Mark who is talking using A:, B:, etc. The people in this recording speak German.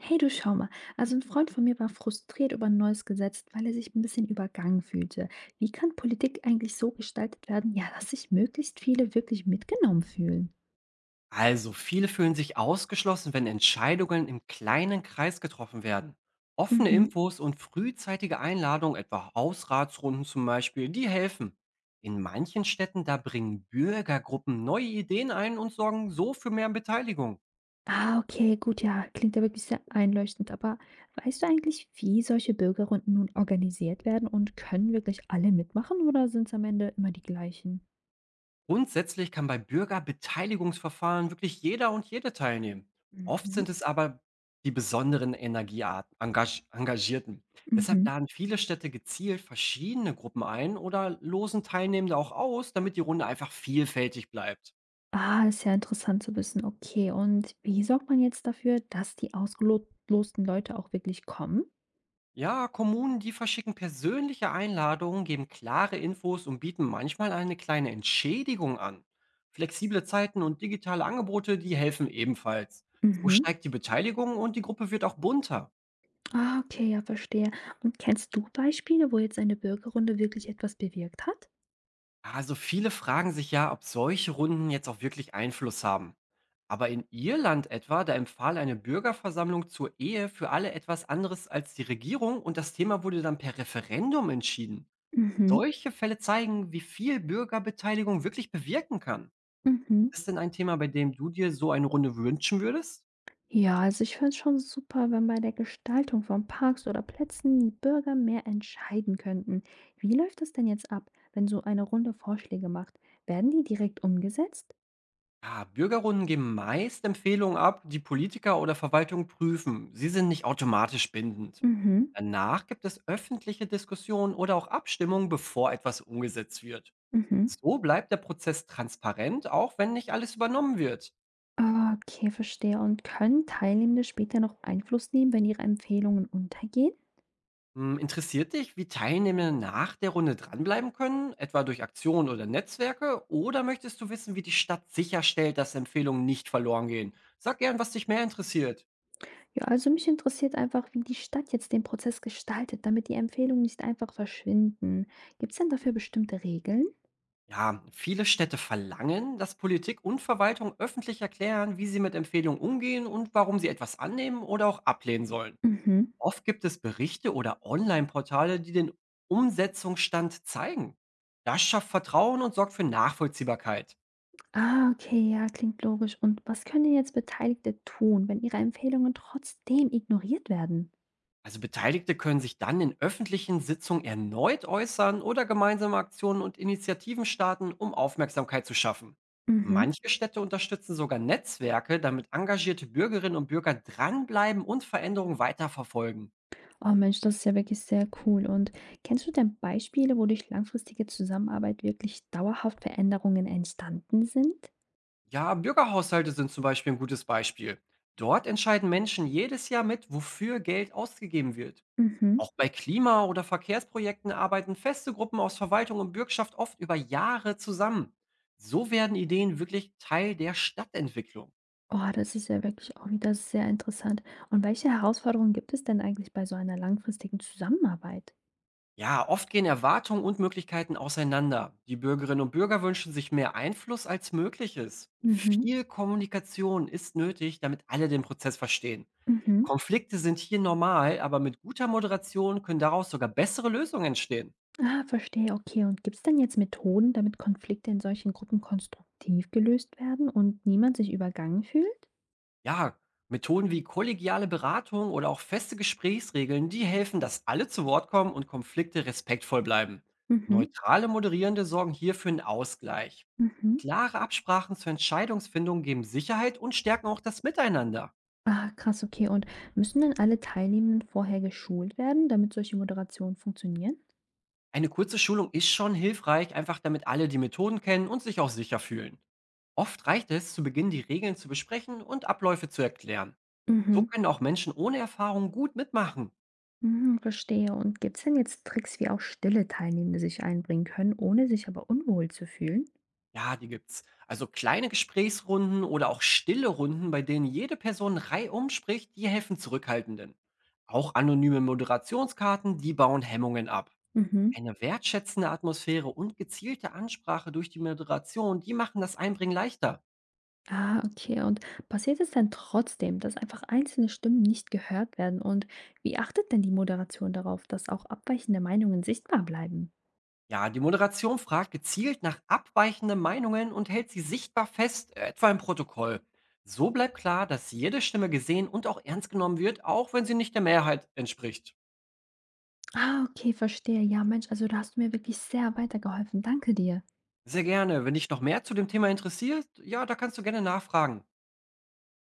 A: Hey, du schau mal. Also ein Freund von mir war frustriert über ein neues Gesetz, weil er sich ein bisschen übergangen fühlte. Wie kann Politik eigentlich so gestaltet werden, ja, dass sich möglichst viele wirklich mitgenommen fühlen?
B: Also, viele fühlen sich ausgeschlossen, wenn Entscheidungen im kleinen Kreis getroffen werden. Offene
A: Mhm.
B: Infos und frühzeitige Einladungen, etwa Hausratsrunden zum Beispiel, die helfen. In manchen Städten, da bringen Bürgergruppen neue Ideen ein und sorgen so für mehr Beteiligung.
A: Ah, okay, gut, ja, klingt ja wirklich sehr einleuchtend. Aber weißt du eigentlich, wie solche Bürgerrunden nun organisiert werden und können wirklich alle mitmachen oder sind es am Ende immer die gleichen?
B: Grundsätzlich kann bei Bürgerbeteiligungsverfahren wirklich jeder und jede teilnehmen. Oft
A: Mhm.
B: sind es aber die besonderen Energiearten, Engagierten. Deshalb
A: Mhm.
B: laden viele Städte gezielt verschiedene Gruppen ein oder losen Teilnehmende auch aus, damit die Runde einfach vielfältig bleibt.
A: Ah, ist ja interessant zu wissen. Okay, und wie sorgt man jetzt dafür, dass die ausgelosten Leute auch wirklich kommen?
B: Ja, Kommunen, die verschicken persönliche Einladungen, geben klare Infos und bieten manchmal eine kleine Entschädigung an. Flexible Zeiten und digitale Angebote, die helfen ebenfalls. So
A: Mhm.
B: steigt die Beteiligung und die Gruppe wird auch bunter.
A: Ah, okay, ja, verstehe. Und kennst du Beispiele, wo jetzt eine Bürgerrunde wirklich etwas bewirkt hat?
B: Also viele fragen sich ja, ob solche Runden jetzt auch wirklich Einfluss haben. Aber in Irland etwa, da empfahl eine Bürgerversammlung zur Ehe für alle etwas anderes als die Regierung und das Thema wurde dann per Referendum entschieden.
A: Mhm,
B: Solche Fälle zeigen, wie viel Bürgerbeteiligung wirklich bewirken kann.
A: mhm.
B: Ist denn ein Thema, bei dem du dir so eine Runde wünschen würdest?
A: Ja, also ich finde es schon super, wenn bei der Gestaltung von Parks oder Plätzen die Bürger mehr entscheiden könnten. Wie läuft das denn jetzt ab, wenn so eine Runde Vorschläge macht? Werden die direkt umgesetzt?
B: Ja, Bürgerrunden geben meist Empfehlungen ab, die Politiker oder Verwaltung prüfen. Sie sind nicht automatisch bindend.
A: Mhm.
B: Danach gibt es öffentliche Diskussionen oder auch Abstimmungen, bevor etwas umgesetzt wird.
A: Mhm.
B: So bleibt der Prozess transparent, auch wenn nicht alles übernommen wird.
A: Okay, verstehe. Und können Teilnehmende später noch Einfluss nehmen, wenn ihre Empfehlungen untergehen?
B: Hm, interessiert dich, wie Teilnehmer nach der Runde dranbleiben können, etwa durch Aktionen oder Netzwerke? Oder möchtest du wissen, wie die Stadt sicherstellt, dass Empfehlungen nicht verloren gehen? Sag gern, was dich mehr interessiert.
A: Ja, also mich interessiert einfach, wie die Stadt jetzt den Prozess gestaltet, damit die Empfehlungen nicht einfach verschwinden. Gibt es denn dafür bestimmte Regeln?
B: Ja, viele Städte verlangen, dass Politik und Verwaltung öffentlich erklären, wie sie mit Empfehlungen umgehen und warum sie etwas annehmen oder auch ablehnen sollen.
A: Mhm.
B: Oft gibt es Berichte oder Online-Portale, die den Umsetzungsstand zeigen. Das schafft Vertrauen und sorgt für Nachvollziehbarkeit.
A: Ah, okay, ja, klingt logisch. Und was können denn jetzt Beteiligte tun, wenn ihre Empfehlungen trotzdem ignoriert werden?
B: Also Beteiligte können sich dann in öffentlichen Sitzungen erneut äußern oder gemeinsame Aktionen und Initiativen starten, um Aufmerksamkeit zu schaffen.
A: Mhm.
B: Manche Städte unterstützen sogar Netzwerke, damit engagierte Bürgerinnen und Bürger dranbleiben und Veränderungen weiterverfolgen.
A: Oh Mensch, das ist ja wirklich sehr cool. Und kennst du denn Beispiele, wo durch langfristige Zusammenarbeit wirklich dauerhaft Veränderungen entstanden sind?
B: Ja, Bürgerhaushalte sind zum Beispiel ein gutes Beispiel. Dort entscheiden Menschen jedes Jahr mit, wofür Geld ausgegeben wird.
A: Mhm.
B: Auch bei Klima- oder Verkehrsprojekten arbeiten feste Gruppen aus Verwaltung und Bürgschaft oft über Jahre zusammen. So werden Ideen wirklich Teil der Stadtentwicklung.
A: Oh, das ist ja wirklich auch wieder sehr interessant. Und welche Herausforderungen gibt es denn eigentlich bei so einer langfristigen Zusammenarbeit?
B: Ja, oft gehen Erwartungen und Möglichkeiten auseinander. Die Bürgerinnen und Bürger wünschen sich mehr Einfluss als möglich ist.
A: Mhm,
B: Viel Kommunikation ist nötig, damit alle den Prozess verstehen.
A: mhm.
B: Konflikte sind hier normal, aber mit guter Moderation können daraus sogar bessere Lösungen entstehen.
A: Ah, verstehe, okay. Und gibt es denn jetzt Methoden, damit Konflikte in solchen Gruppen konstruktiv gelöst werden und niemand sich übergangen fühlt?
B: Ja, Methoden wie kollegiale Beratung oder auch feste Gesprächsregeln, die helfen, dass alle zu Wort kommen und Konflikte respektvoll bleiben.
A: Mhm,
B: Neutrale Moderierende sorgen hier für einen Ausgleich.
A: mhm.
B: Klare Absprachen zur Entscheidungsfindung geben Sicherheit und stärken auch das Miteinander.
A: Ah, krass, okay. Und müssen denn alle Teilnehmenden vorher geschult werden, damit solche Moderationen funktionieren?
B: Eine kurze Schulung ist schon hilfreich, einfach damit alle die Methoden kennen und sich auch sicher fühlen. Oft reicht es, zu Beginn die Regeln zu besprechen und Abläufe zu erklären. So
A: Mhm.
B: können auch Menschen ohne Erfahrung gut mitmachen.
A: Mhm, verstehe. Und gibt es denn jetzt Tricks, wie auch stille Teilnehmende sich einbringen können, ohne sich aber unwohl zu fühlen?
B: Ja, die gibt's. Also kleine Gesprächsrunden oder auch stille Runden, bei denen jede Person reihum spricht, die helfen Zurückhaltenden. Auch anonyme Moderationskarten, die bauen Hemmungen ab.
A: Mhm.
B: Eine wertschätzende Atmosphäre und gezielte Ansprache durch die Moderation, die machen das Einbringen leichter.
A: Ah, okay. Und passiert es denn trotzdem, dass einfach einzelne Stimmen nicht gehört werden? Und wie achtet denn die Moderation darauf, dass auch abweichende Meinungen sichtbar bleiben?
B: Ja, die Moderation fragt gezielt nach abweichenden Meinungen und hält sie sichtbar fest, etwa im Protokoll. So bleibt klar, dass jede Stimme gesehen und auch ernst genommen wird, auch wenn sie nicht der Mehrheit entspricht.
A: Ah, okay, verstehe. Ja, Mensch, also da hast du mir wirklich sehr weitergeholfen. Danke dir.
B: Sehr gerne. Wenn dich noch mehr zu dem Thema interessiert, ja, da kannst du gerne nachfragen.